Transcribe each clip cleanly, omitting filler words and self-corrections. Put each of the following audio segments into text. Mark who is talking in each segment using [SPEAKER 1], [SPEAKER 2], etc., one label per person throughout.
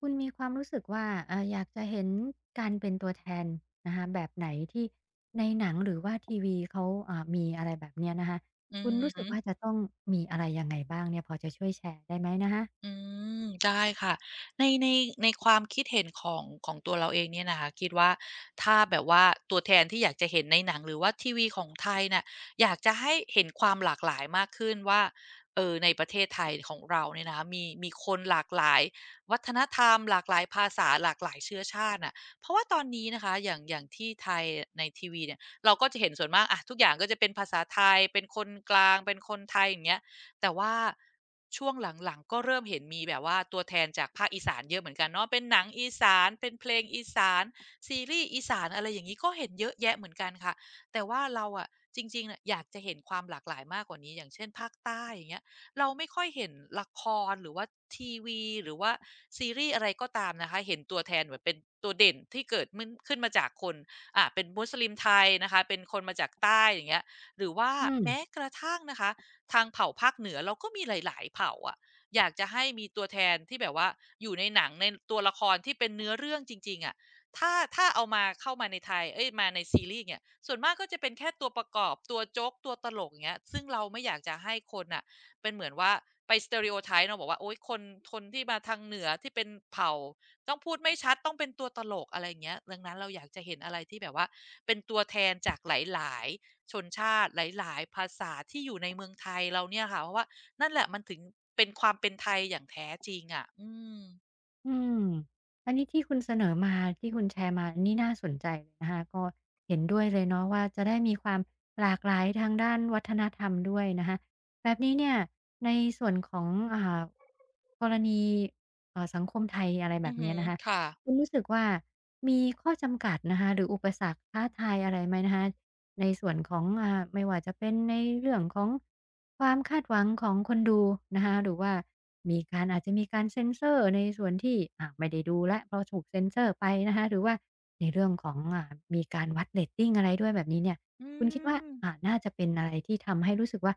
[SPEAKER 1] คุณมีความรู้สึกว่าอยากจะเห็นการเป็นตัวแทนนะคะแบบไหนที่ในหนังหรือว่าทีวีเขามีอะไรแบบเนี้ยนะคะ
[SPEAKER 2] อื
[SPEAKER 1] คุ
[SPEAKER 2] อ
[SPEAKER 1] ณรู้สึ
[SPEAKER 2] ฮึ
[SPEAKER 1] กว่าจะต้องมีอะไรยังไงบ้างเนี่ยพอจะช่วยแชร์ได้ไหมนะคะ
[SPEAKER 2] อืมได้ค่ะในในในความคิดเห็นของตัวเราเองเนี่ยนะคะคิดว่าถ้าแบบว่าตัวแทนที่อยากจะเห็นในหนังหรือว่าทีวีของไทยน่ะอยากจะให้เห็นความหลากหลายมากขึ้นว่าในประเทศไทยของเราเนี่ยนะคะมีคนหลากหลายวัฒนธรรมหลากหลายภาษาหลากหลายเชื้อชาติน่ะเพราะว่าตอนนี้นะคะอย่างที่ไทยในทีวีเนี่ยเราก็จะเห็นส่วนมากอะทุกอย่างก็จะเป็นภาษาไทยเป็นคนกลางเป็นคนไทยอย่างเงี้ย แต่ว่าช่วงหลังๆก็เริ่มเห็นมีแบบว่าตัวแทนจากภาคอีสานเยอะเหมือนกันเนาะเป็นหนังอีสานเป็นเพลงอีสานซีรีส์อีสานอะไรอย่างงี้ก็เห็นเยอะแยะเหมือนกันค่ะแต่ว่าเราอะจริงๆน่ะอยากจะเห็นความหลากหลายมากกว่านี้อย่างเช่นภาคใต้อย่างเงี้ยเราไม่ค่อยเห็นละครหรือว่าทีวีหรือว่าซีรีส์อะไรก็ตามนะคะเห็นตัวแทนเหมือนเป็นตัวเด่นที่เกิดมึนขึ้นมาจากคนเป็นมุสลิมไทยนะคะเป็นคนมาจากใต้อย่างเงี้ยหรือว่า
[SPEAKER 1] อืม
[SPEAKER 2] แม้กระทั่งนะคะ ทางเผ่าภาคเหนือเราก็มีหลายๆเผ่าอะอยากจะให้มีตัวแทนที่แบบว่าอยู่ในหนังในตัวละครที่เป็นเนื้อเรื่องจริงๆอะถ้าเอามาเข้ามาในไทยเอ๊ยมาในซีรีส์เงี้ยส่วนมากก็จะเป็นแค่ตัวประกอบตัวโจ๊กตัวตลกอย่างเงี้ยซึ่งเราไม่อยากจะให้คนน่ะเป็นเหมือนว่าไป stereotype เนาะบอกว่าโอ๊ยคนที่มาทางเหนือที่เป็นเผ่าต้องพูดไม่ชัดต้องเป็นตัวตลกอะไรอย่างเงี้ยดังนั้นเราอยากจะเห็นอะไรที่แบบว่าเป็นตัวแทนจากหลายๆ ชนชาติหลายๆภาษาที่อยู่ในเมืองไทยเราเนี่ยค่ะเพราะว่านั่นแหละมันถึงเป็นความเป็นไทยอย่างแท้จริงอะอืม
[SPEAKER 1] อืมอันนี้ที่คุณเสนอมาที่คุณแชร์มานี่น่าสนใจเลยนะคะก็เห็นด้วยเลยเนาะว่าจะได้มีความหลากหลายทางด้านวัฒนธรรมด้วยนะคะแบบนี้เนี่ยในส่วนของอ่ากรณีสังคมไทยอะไรแบ
[SPEAKER 2] อือ
[SPEAKER 1] บ
[SPEAKER 2] ฮึ
[SPEAKER 1] เนี้ยนะคะ
[SPEAKER 2] ค่ะ
[SPEAKER 1] คุณรู้สึกว่ามีข้อจำกัดนะคะหรืออุปสรรคท้าทายอะไรไหมนะคะ ในส่วนของไม่ว่าจะเป็นในเรื่องของความคาดหวังของคนดูนะคะหรือว่ามีการอาจจะมีการเซนเซอร์ในส่วนที่ไม่ได้ดูแล้วเพราะถูกเซนเซอร์ไปนะคะหรือว่าในเรื่องของมีการวัดเรตติงอะไรด้วยแบบนี้เนี่ย
[SPEAKER 2] อื
[SPEAKER 1] คุณคิดว่า
[SPEAKER 2] ม
[SPEAKER 1] น่าจะเป็นอะไรที่ทำให้รู้สึกว่า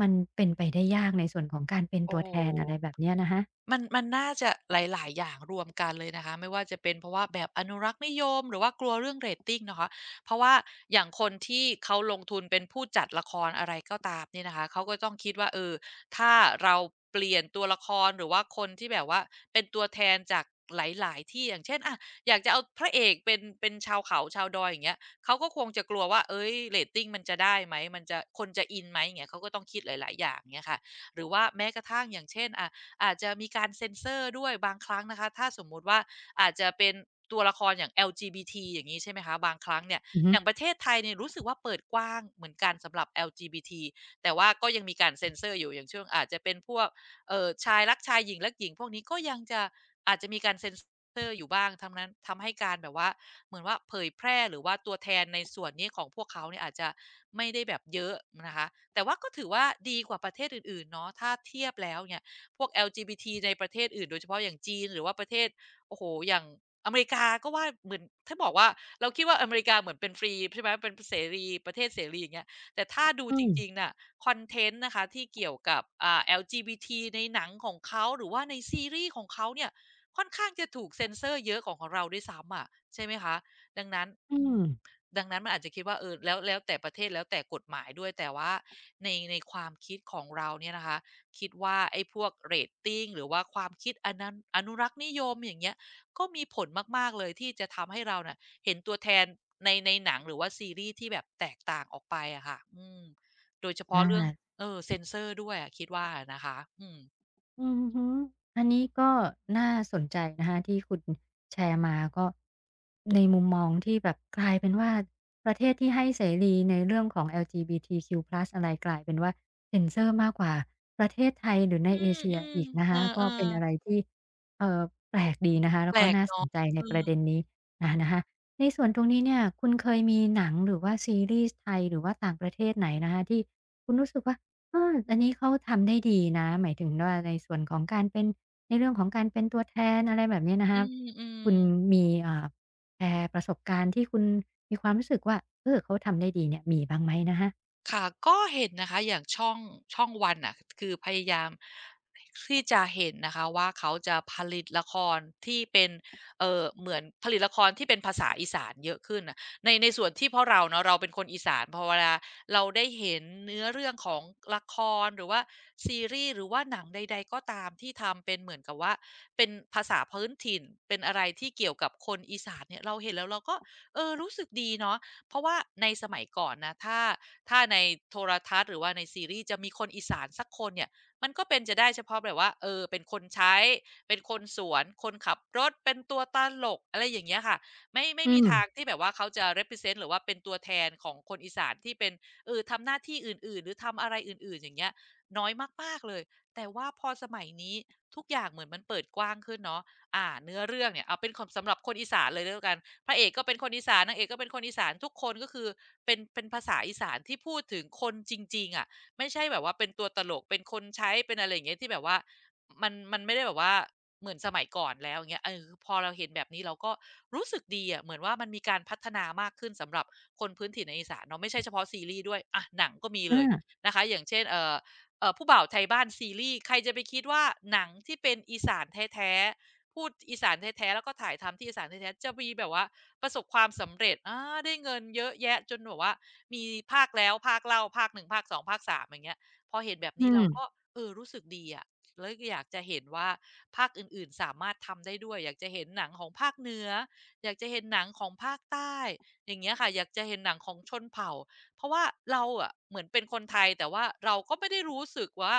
[SPEAKER 1] มันเป็นไปได้ยากในส่วนของการเป็น
[SPEAKER 2] โอ้
[SPEAKER 1] ตั
[SPEAKER 2] โ
[SPEAKER 1] วแท
[SPEAKER 2] ฮ
[SPEAKER 1] นอะไรแบบเนี้ยนะคะ
[SPEAKER 2] มันน่าจะหลายๆอย่างรวมกันเลยนะคะไม่ว่าจะเป็นเพราะว่าแบบอนุรักษ์นิยมหรือว่ากลัวเรื่องเรตติงนะคะเพราะว่าอย่างคนที่เขาลงทุนเป็นผู้จัดละครอะไรก็ตามเนี่ยนะคะเขาก็ต้องคิดว่าเออถ้าเราเปลี่ยนตัวละครหรือว่าคนที่แบบว่าเป็นตัวแทนจากหลายๆที่อย่างเช่นอะอยากจะเอาพระเอกเป็นชาวเขาชาวดอยอย่างเงี้ยเขาก็คงจะกลัวว่าเฮ้ยเรตติงมันจะได้ไหมมันจะคนจะอินไหมอย่างเงี้ยเขาก็ต้องคิดหลายๆอย่างเงี้ยค่ะหรือว่าแม้กระทั่งอย่างเช่นอะ อาจจะมีการเซ็นเซอร์ด้วยบางครั้งนะคะถ้าสมมุติว่าอาจจะเป็นตัวละครอย่าง LGBT อลจีบีทีอย่างนี้ใช่ไหมคะบางครั้งเนี่ย
[SPEAKER 1] อือ
[SPEAKER 2] อ
[SPEAKER 1] ฮึ
[SPEAKER 2] ย่างประเทศไทยเนี่ยรู้สึกว่าเปิดกว้างเหมือนกันสำหรับ LGBT แต่ว่าก็ยังมีการเซ็นเซอร์อยู่อย่างเช่นอาจจะเป็นพวกชายรักชายหญิงรักหญิงพวกนี้ก็ยังจะอาจจะมีการเซ็นเซอร์อยู่บ้างทั้งนั้นทำให้การแบบว่าเหมือนว่าเผยแพร่หรือว่าตัวแทนในส่วนนี้ของพวกเขาเนี่ยอาจจะไม่ได้แบบเยอะนะคะแต่ว่าก็ถือว่าดีกว่าประเทศอื่นๆเนาะถ้าเทียบแล้วอเนี่ย พวก LGBT ในประเทศอื่นโดยเฉพาะอย่างจีนหรือว่าประเทศโอ้โฮอย่างอเมริกาก็ว่าเหมือนถ้าบอกว่าเราคิดว่าอเมริกาเหมือนเป็นฟรีใช่ไหมเป็นเสรีประเทศเสรีอย่างเงี้ยแต่ถ้าดู
[SPEAKER 1] อื
[SPEAKER 2] จ
[SPEAKER 1] ม
[SPEAKER 2] ริงๆน่ะคอนเทนต์นะคะที่เกี่ยวกับLGBT ในหนังของเขาหรือว่าในซีรีส์ของเขาเนี่ยค่อนข้างจะถูกเซ็นเซอร์เยอะกว่าของเราด้วยซ้ำอะใช่ไหมคะดังนั้น
[SPEAKER 1] อื
[SPEAKER 2] อืม
[SPEAKER 1] ม
[SPEAKER 2] ดังนั้นมันอาจจะคิดว่าเออแล้วแต่ประเทศแล้วแต่กฎหมายด้วยแต่ว่าในความคิดของเราเนี่ยนะคะ คิดว่าไอ้พวกเรตติงหรือว่าความคิดอนันอนุรักษ์นิยมอย่างเงี้ยก็มีผลมากๆเลยที่จะทำให้เราน่ะเห็นตัวแทนในหนังหรือว่าซีรีส์ที่แบบแตกต่างออกไปอะค่ะอืมโดยเฉพาะ
[SPEAKER 1] อา
[SPEAKER 2] เรื่องเออเซ็นเซอร์ด้วยอะคิดว่านะคะอืม
[SPEAKER 1] อือฮึอันนี้ก็น่าสนใจนะคะที่คุณแชร์มาก็ในมุมมองที่แบบกลายเป็นว่าประเทศที่ให้เสรีในเรื่องของ LGBTQ+ อลจีบีทีคิวพลัสอะไรกลายเป็นว่าเซ็นเซอร์มากกว่าประเทศไทยหรือใน
[SPEAKER 2] อื
[SPEAKER 1] เอเชีย
[SPEAKER 2] ม
[SPEAKER 1] อีกนะ
[SPEAKER 2] ๆเออ
[SPEAKER 1] คะ
[SPEAKER 2] เอ
[SPEAKER 1] ก็
[SPEAKER 2] อ
[SPEAKER 1] เป็นอะไรที่เอ่อแปลกดีนะคะ
[SPEAKER 2] แป
[SPEAKER 1] แล้ว
[SPEAKER 2] ล
[SPEAKER 1] ก็
[SPEAKER 2] ก
[SPEAKER 1] น่าส
[SPEAKER 2] เนาะ
[SPEAKER 1] นใจใน
[SPEAKER 2] เอ
[SPEAKER 1] ป
[SPEAKER 2] อ
[SPEAKER 1] ระเด็นนี้
[SPEAKER 2] อื
[SPEAKER 1] อา
[SPEAKER 2] ม
[SPEAKER 1] นะคะในส่วนตรงนี้เนี่ยคุณเคยมีหนังหรือว่าซีรีส์ไทยหรือว่าต่างประเทศไหนนะคะที่คุณรู้สึกว่า อาอันนี้เขาทำได้ดีนะหมายถึงว่าในส่วนของการเป็นในเรื่องของการเป็นตัวแทนอะไรแบบนี้นะ
[SPEAKER 2] อื
[SPEAKER 1] คะ
[SPEAKER 2] มอืม
[SPEAKER 1] คุณมีแชร์ประสบการณ์ที่คุณมีความรู้สึกว่าเออเขาทำได้ดีเนี่ยมีบ้างไหมนะคะ
[SPEAKER 2] ค่ะก็เห็นนะคะอย่างช่องวันน่ะคือพยายามที่จะเห็นนะคะว่าเขาจะผลิตละครที่เป็นเหมือนผลิตละครที่เป็นภาษาอีสานเยอะขึ้นน่ะในส่วนที่เพราะเราเนาะเราเป็นคนอีสานพอเวลาเราได้เห็นเนื้อเรื่องของละครหรือว่าซีรีส์หรือว่าหนังใดๆก็ตามที่ทำเป็นเหมือนกับว่าเป็นภาษาพื้นถิ่นเป็นอะไรที่เกี่ยวกับคนอีสานเนี่ยเราเห็นแล้วเราก็เออรู้สึกดีเนาะ เพราะว่าในสมัยก่อนนะถ้าในโทรทัศน์หรือว่าในซีรีส์จะมีคนอีสานสักคนเนี่ยมันก็เป็นจะได้เฉพาะแบบว่าเออเป็นคนใช้เป็นคนสวนคนขับรถเป็นตัวตลกอะไรอย่างเงี้ยค่ะไม่
[SPEAKER 1] อื
[SPEAKER 2] มี
[SPEAKER 1] ม
[SPEAKER 2] ทางที่แบบว่าเขาจะ represent หรือว่าเป็นตัวแทนของคนอีสานที่เป็นเออทำหน้าที่อื่นๆหรือทำอะไรอื่นๆอย่างเงี้ยน้อยมากๆเลยแต่ว่าพอสมัยนี้ทุกอย่างเหมือนมันเปิดกว้างขึ้นเนาะเนื้อเรื่องเนี่ยเอาเป็นคสำหรับคนอีสานเลยก็แล้วกัน พระเอกก็เป็นคนอีสานนางเอกก็เป็นคนอีสานทุกคนก็คือเป็นภาษาอีสานที่พูดถึงคนจริงๆอะไม่ใช่แบบว่าเป็นตัวตลกเป็นคนใช้เป็นอะไรอย่างเงี้ยที่แบบว่ามันไม่ได้แบบว่าเหมือนสมัยก่อนแล้วอย่างเงี้ยเออพอเราเห็นแบบนี้เราก็รู้สึกดีอะเหมือนว่ามันมีการพัฒนามากขึ้นสำหรับคนพื้นถิ่นในอีสานเนาะไม่ใช่เฉพาะซีรีส์ด้วยอะหนังก็มีเลย
[SPEAKER 1] อา
[SPEAKER 2] นะคะอย่างเช่นผู้บ่าวไทยบ้านซีรีส์ใครจะไปคิดว่าหนังที่เป็นอีสานแท้ๆพูดอีสานแท้ๆแล้วก็ถ่ายทำที่อีสานแท้ๆจะมีแบบว่า ประสบความสำเร็จอาได้เงินเยอะแยะจนแบบว่ามีภาคแล้วภาคเล่าภาค1ภาค2ภาค3อย่างเงี้ยพอเห็นแบบ
[SPEAKER 1] อื
[SPEAKER 2] นี้
[SPEAKER 1] ม
[SPEAKER 2] เราก็เออรู้สึกดีอะแล้วอยากจะเห็นว่าภาคอื่นๆสามารถทำได้ด้วยอยากจะเห็นหนังของภาคเหนืออยากจะเห็นหนังของภาคใต้อย่างเงี้ยค่ะอยากจะเห็นหนังของชนเผ่าเพราะว่าเราอะเหมือนเป็นคนไทยแต่ว่าเราก็ไม่ได้รู้สึกว่า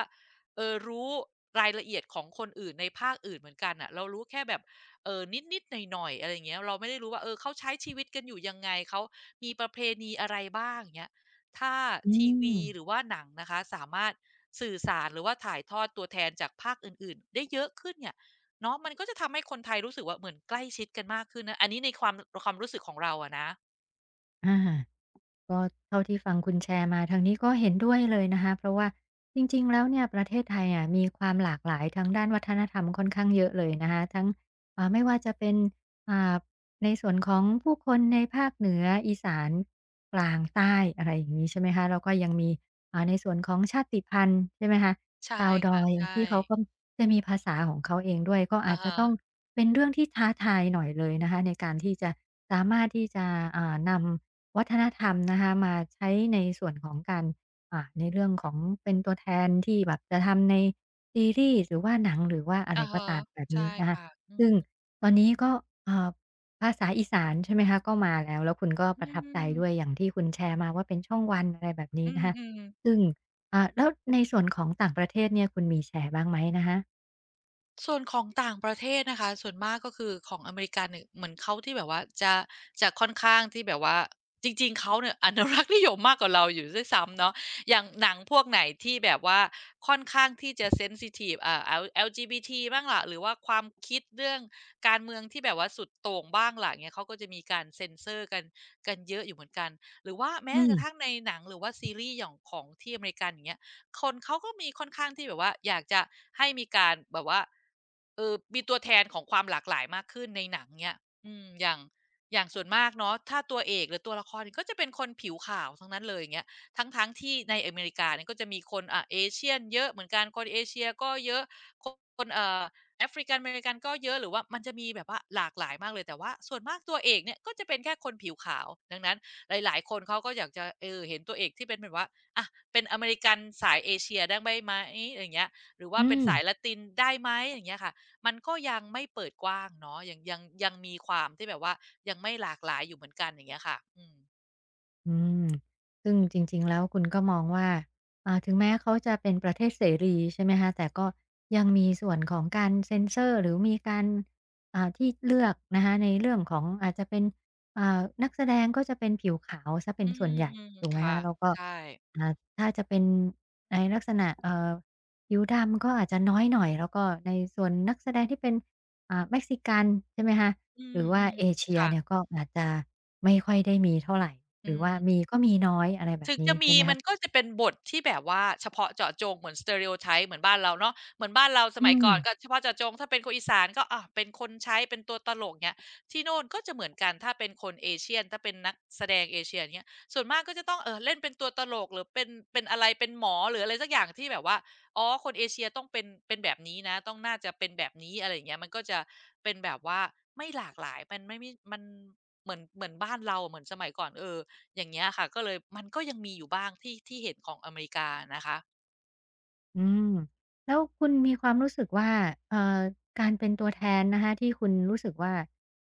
[SPEAKER 2] เออรายละเอียดของคนอื่นในภาคอื่นเหมือนกันอ่ะเรารู้แค่แบบ เออนิดๆหน่อยๆอะไรเงี้ยเราไม่ได้รู้ว่าเออเขาใช้ชีวิตกันอยู่ยังไงเขามีประเพณีอะไรบ้างเงี้ยถ้า
[SPEAKER 1] อื
[SPEAKER 2] ทีวี
[SPEAKER 1] ม
[SPEAKER 2] หรือว่าหนังนะคะสามารถสื่อสารหรือว่าถ่ายทอดตัวแทนจากภาคอื่นๆได้เยอะขึ้นเนี่ยเนาะมันก็จะทำให้คนไทยรู้สึกว่าเหมือนใกล้ชิดกันมากขึ้นนะอันนี้ในความรู้สึกของเราอะนะ
[SPEAKER 1] อา ก็เท่าที่ฟังคุณแชร์มาทางนี้ก็เห็นด้วยเลยนะคะเพราะว่าจริงๆแล้วเนี่ยประเทศไทยอ่ะมีความหลากหลายทางด้านวัฒนธรรมค่อนข้างเยอะเลยนะคะทั้งไม่ว่าจะเป็นอ่าในส่วนของผู้คนในภาคเหนืออีสานกลางใต้อะไรอย่างนี้ใช่ไหมคะแล้วก็ยังมีในส่วนของชาติพันธุ์ใช่ไหมคะ
[SPEAKER 2] ใช่
[SPEAKER 1] ชาวด
[SPEAKER 2] ค่ะ
[SPEAKER 1] อย
[SPEAKER 2] ใช่
[SPEAKER 1] ที่เขาก็จะมีภาษาของเขาเองด้วยก็
[SPEAKER 2] อะ
[SPEAKER 1] อาจจะ
[SPEAKER 2] ฮะ
[SPEAKER 1] ต้องเป็นเรื่องที่ท้าทายหน่อยเลยนะคะในการที่จะสามารถที่จะนำ วัฒนธรรมนะคะมาใช้ในส่วนของการในเรื่องของเป็นตัวแทนที่แบบจะทำในซีรีส์หรือว่าหนังหรือว่าอะไร
[SPEAKER 2] อะ
[SPEAKER 1] ก็
[SPEAKER 2] ฮะ
[SPEAKER 1] ตามแบบ
[SPEAKER 2] ใช่
[SPEAKER 1] นี้นะคะ
[SPEAKER 2] ค่ะอื
[SPEAKER 1] ซึ่ง
[SPEAKER 2] ม
[SPEAKER 1] ตอนนี้ก็เอ่อภาษาอีสานใช่ไหมคะก็มาแล้วแล้วคุณก็
[SPEAKER 2] อื
[SPEAKER 1] ประทับใจด้วยอ
[SPEAKER 2] ม
[SPEAKER 1] ย่างที่คุณแชร์มาว่าเป็นช่องวันอะไรแบบนี้
[SPEAKER 2] อืม
[SPEAKER 1] นะคะ
[SPEAKER 2] อืม
[SPEAKER 1] ซึ่งแล้วในส่วนของต่างประเทศเนี่ยคุณมีแชร์บ้างไหมนะคะ
[SPEAKER 2] ส่วนของต่างประเทศนะคะส่วนมากก็คือของอเมริกนเนี่ยเหมือนเขาที่แบบว่าจะค่อนข้างที่แบบว่าจริงๆเขาเนี่ย อนุรักษ์นิยมมากกว่าเราอยู่ด้วยซ้ำเนาะอย่างหนังพวกไหนที่แบบว่าค่อนข้างที่จะเซนซิทีฟอ่า LGBT บทีบ้างล่ะหรือว่าความคิดเรื่องการเมืองที่แบบว่าสุดโต่งบ้างล่ะเนี่ยเขาก็จะมีการเซ็นเซอร์กันเยอะอยู่เหมือนกันหรือว่าแม้
[SPEAKER 1] อืม
[SPEAKER 2] กระทั่งในหนังหรือว่าซีรีส์อย่างของที่อเมริกันอย่างเงี้ย คนเขาก็มีค่อนข้างที่แบบว่าอยากจะให้มีการแบบว่าเออมีตัวแทนของความหลากหลายมากขึ้นในหนังเนี่ยอืมอย่างส่วนมากเนาะถ้าตัวเอกหรือตัวละครก็จะเป็นคนผิวขาวทั้งนั้นเลยอย่างเงี้ยทั้งๆที่ในอเมริกาเนี่ยก็จะมีคนอ่าเ s ียนเยอะเหมือนกันคนเอเชียก็เยอะคนa f r i ก a n อเมริกันก็เยอะหรือว่ามันจะมีแบบว่าหลากหลายมากเลยแต่ว่าส่วนมากตัวเอกเนี่ยก็จะเป็นแค่คนผิวขาวดังนั้นหลายๆคนเขาก็อยากจะเออเห็นตัวเอกที่เป็นแบบว่าอะ เป็นอเมริกันสายเอเชียได้ไหมอย่างเงี้ยหรือว่า
[SPEAKER 1] อื
[SPEAKER 2] เป็น
[SPEAKER 1] ม
[SPEAKER 2] สายละตินได้ไหมอย่างเงี้ยค่ะมันก็ยังไม่เปิดกว้างเนาะยังมีความที่แบบว่ายังไม่หลากหลายอยู่เหมือนกันอย่างเงี้ยค่ะอืม
[SPEAKER 1] อืมซึ่งจริงๆแล้วคุณก็มองว่าถึงแม้เขาจะเป็นประเทศเสรีใช่ไหมคะแต่ก็ยังมีส่วนของการเซนเซอร์หรือมีการที่เลือกนะคะในเรื่องของอาจจะเป็นนักแสดงก็จะเป็นผิวขาวเสียเป็
[SPEAKER 2] อื
[SPEAKER 1] นส่วน
[SPEAKER 2] ม
[SPEAKER 1] ใหญ่
[SPEAKER 2] อืม
[SPEAKER 1] ถูกไหม
[SPEAKER 2] ค่ะ
[SPEAKER 1] คะแล้วก็
[SPEAKER 2] ใช่
[SPEAKER 1] อ่าถ้าจะเป็นในลักษณะผิวดำก็อาจจะน้อยหน่อยแล้วก็ในส่วนนักแสดงที่เป็นเม็กซิกันใช่ไหมคะ
[SPEAKER 2] อื
[SPEAKER 1] ห
[SPEAKER 2] ม
[SPEAKER 1] รือ
[SPEAKER 2] อื
[SPEAKER 1] ว่า
[SPEAKER 2] ม
[SPEAKER 1] เอเชียเนี่ย
[SPEAKER 2] ค่ะ
[SPEAKER 1] ก็อาจจะ ไม่ค่อยได้มีเท่าไรห
[SPEAKER 2] อื
[SPEAKER 1] รือว่า
[SPEAKER 2] ม
[SPEAKER 1] มีก็มีน้อยอะไรแบบ
[SPEAKER 2] ถึง
[SPEAKER 1] นี้
[SPEAKER 2] จะมี
[SPEAKER 1] ใช่ไหม
[SPEAKER 2] มั
[SPEAKER 1] คะ
[SPEAKER 2] นก็จะเป็นบทที่แบบว่าเฉพาะเจาะจงเหมือน stereotype เหมือนบ้านเราเนาะเหมือนบ้านเราส
[SPEAKER 1] อื
[SPEAKER 2] มัย
[SPEAKER 1] ม
[SPEAKER 2] ก่อนก็เฉพาะเจาะจงถ้าเป็นคนอีสานก็อาเป็นคนใช้เป็นตัวตลกเงี้ยที่โน่นก็จะเหมือนกันถ้าเป็นคนเอเชียนถ้าเป็นนักแสดงเอเชียอย่างเงี้ยส่วนมากก็จะต้องเล่นเป็นตัวตลกหรือเป็นอะไรเป็นหมอหรืออะไรสักอย่างที่แบบว่าอ๋อคนเอเชียต้องเป็นแบบนี้นะต้องน่าจะเป็นแบบนี้อะไรอย่างเงี้ยมันก็จะเป็นแบบว่าไม่หลากหลายมันไม่มีมันเหมือนบ้านเราเหมือนสมัยก่อนเออ อย่างเงี้ยค่ะก็เลยมันก็ยังมีอยู่บ้างที่เห็นของอเมริกานะคะ
[SPEAKER 1] อืมแล้วคุณมีความรู้สึกว่าเอ่อการเป็นตัวแทนนะคะที่คุณรู้สึกว่า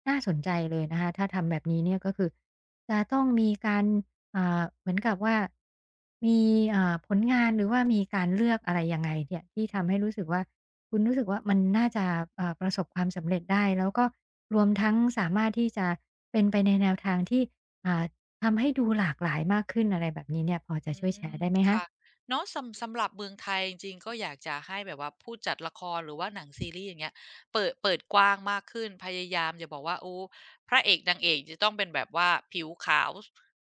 [SPEAKER 1] น่าสนใจเลยนะคะถ้าทำแบบนี้เนี่ยก็คือจะต้องมีการเหมือนกับว่ามีผลงานหรือว่ามีการเลือกอะไรยังไงเนี่ยที่ทำให้รู้สึกว่าคุณรู้สึกว่ามันน่าจะประสบความสำเร็จได้แล้วก็รวมทั้งสามารถที่จะเป็นไปในแนวทางที่อ่าทำให้ดูหลากหลายมากขึ้นอะไรแบบนี้เนี่ยพอจะ
[SPEAKER 2] อื
[SPEAKER 1] ช่วยแช
[SPEAKER 2] ม
[SPEAKER 1] ร์ได้ไหมคะ
[SPEAKER 2] ค่ะเนาะสำหรับเมืองไทยจริงๆก็อยากจะให้แบบว่าผู้จัดละครหรือว่าหนังซีรีส์อย่างเงี้ยเปิดกว้างมากขึ้นพยายามอย่าบอกว่าโอ้พระเอกนางเอกจะต้องเป็นแบบว่าผิวขาว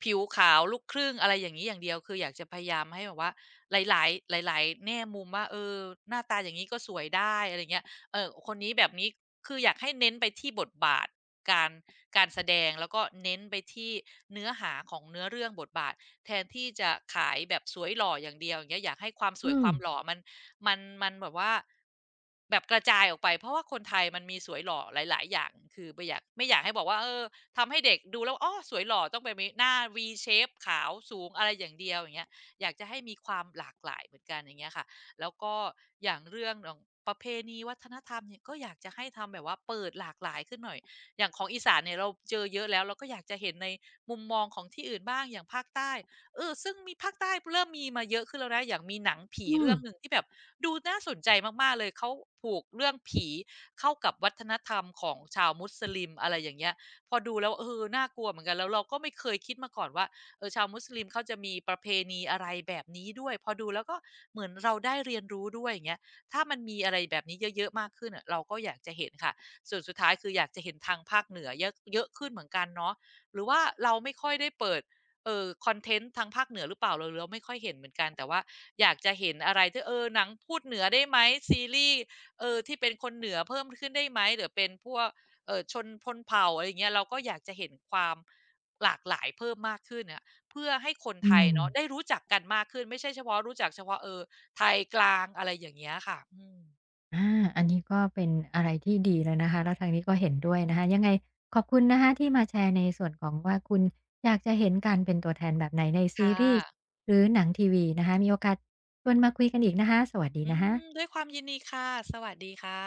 [SPEAKER 2] ผิวขาวลูกครึ่งอะไรอย่างงี้อย่างเดียวคืออยากจะพยายามให้แบบว่าหลายๆหลายๆแง่มุมว่าเออหน้าตาอย่างนี้ก็สวยได้อะไรเงี้ยเออคนนี้แบบนี้ คืออยากให้เน้นไปที่บทบาทการการแสดงแล้วก็เน้นไปที่เนื้อหาของเนื้อเรื่องบทบาทแทนที่จะขายแบบสวยหล่ออย่างเดียวอย่างเงี้ยอยากให้ความส
[SPEAKER 1] อื
[SPEAKER 2] วยค
[SPEAKER 1] ม
[SPEAKER 2] วามหล่อมันแบบว่าแบบกระจายออกไปเพราะว่าคนไทยมันมีสวยหล่อหลายๆอย่างคือไม่อยากให้บอกว่าเออทำให้เด็กดูแล้วอ้อสวยหล่อต้องเป็นแบบนี้หน้า V shape ขาวสูงอะไรอย่างเดียวอย่างเงี้ยอยากจะให้มีความหลากหลายเหมือนกันอย่างเงี้ยค่ะ แล้วก็อย่างเรื่องของประเพณีวัฒนธรรมเนี่ยก็อยากจะให้ทำแบบว่าเปิดหลากหลายขึ้นหน่อยอย่างของอีสานเนี่ยเราเจอเยอะแล้วเราก็อยากจะเห็นในมุมมองของที่อื่นบ้างอย่างภาคใต้เออซึ่งมีภาคใต้เริ่มมีมาเยอะขึ้นแล้วนะอย่างมีหนังผี
[SPEAKER 1] อื
[SPEAKER 2] เรื่
[SPEAKER 1] ม
[SPEAKER 2] องหนึ่งที่แบบดูน่าสนใจมากๆเลยเขาผูกเรื่องผีเข้ากับวัฒนธรรมของชาวมุสลิมอะไรอย่างเงี้ยพอดูแล้วเออน่ากลัวเหมือนกันแล้วเราก็ไม่เคยคิดมาก่อนว่า เออชาวมุสลิมเขาจะมีประเพณีอะไรแบบนี้ด้วยพอดูแล้วก็เหมือนเราได้เรียนรู้ด้วยอย่างเงี้ยถ้ามันมีอะไรแบบนี้เยอะๆมากขึ้นอะเราก็อยากจะเห็นค่ะส่วนสุดท้ายคืออยากจะเห็นทางภาคเหนือเยอะเยอะขึ้นเหมือนกันเนาะหรือว่าเราไม่ค่อยได้เปิดคอนเทนต์ทางภาคเหนือหรือเปล่าเราไม่ค่อยเห็นเหมือนกันแต่ว่าอยากจะเห็นอะไรที่เออหนังพูดเหนือได้ไหมซีรีส์เออที่เป็นคนเหนือเพิ่มขึ้นได้ไหมหรือเป็นพวกชนพนเผ่าอะไรเงี้ยเราก็อยากจะเห็นความหลากหลายเพิ่มมากขึ้นอะ เพื่อให้คน
[SPEAKER 1] อื
[SPEAKER 2] ไทย
[SPEAKER 1] ม
[SPEAKER 2] เนาะได้รู้จักกันมากขึ้นไม่ใช่เฉพาะรู้จักเฉพาะเออไทยกลางอะไรอย่างเงี้ยค่ะอืม
[SPEAKER 1] อาอันนี้ก็เป็นอะไรที่ดีแลวนะคะแล้วทางนี้ก็เห็นด้วยนะคะยังไงขอบคุณนะคะที่มาแชร์ในส่วนของว่าคุณอยากจะเห็นการเป็นตัวแทนแบบไหนในซี
[SPEAKER 2] ค่ะ
[SPEAKER 1] รีส์หรือหนังทีวีนะคะมีโอกาสชวนมาคุยกันอีกนะคะสวัสดี
[SPEAKER 2] อื
[SPEAKER 1] นะคะ
[SPEAKER 2] มด้วยความยินดีค่ะ สวัสดีค่ะ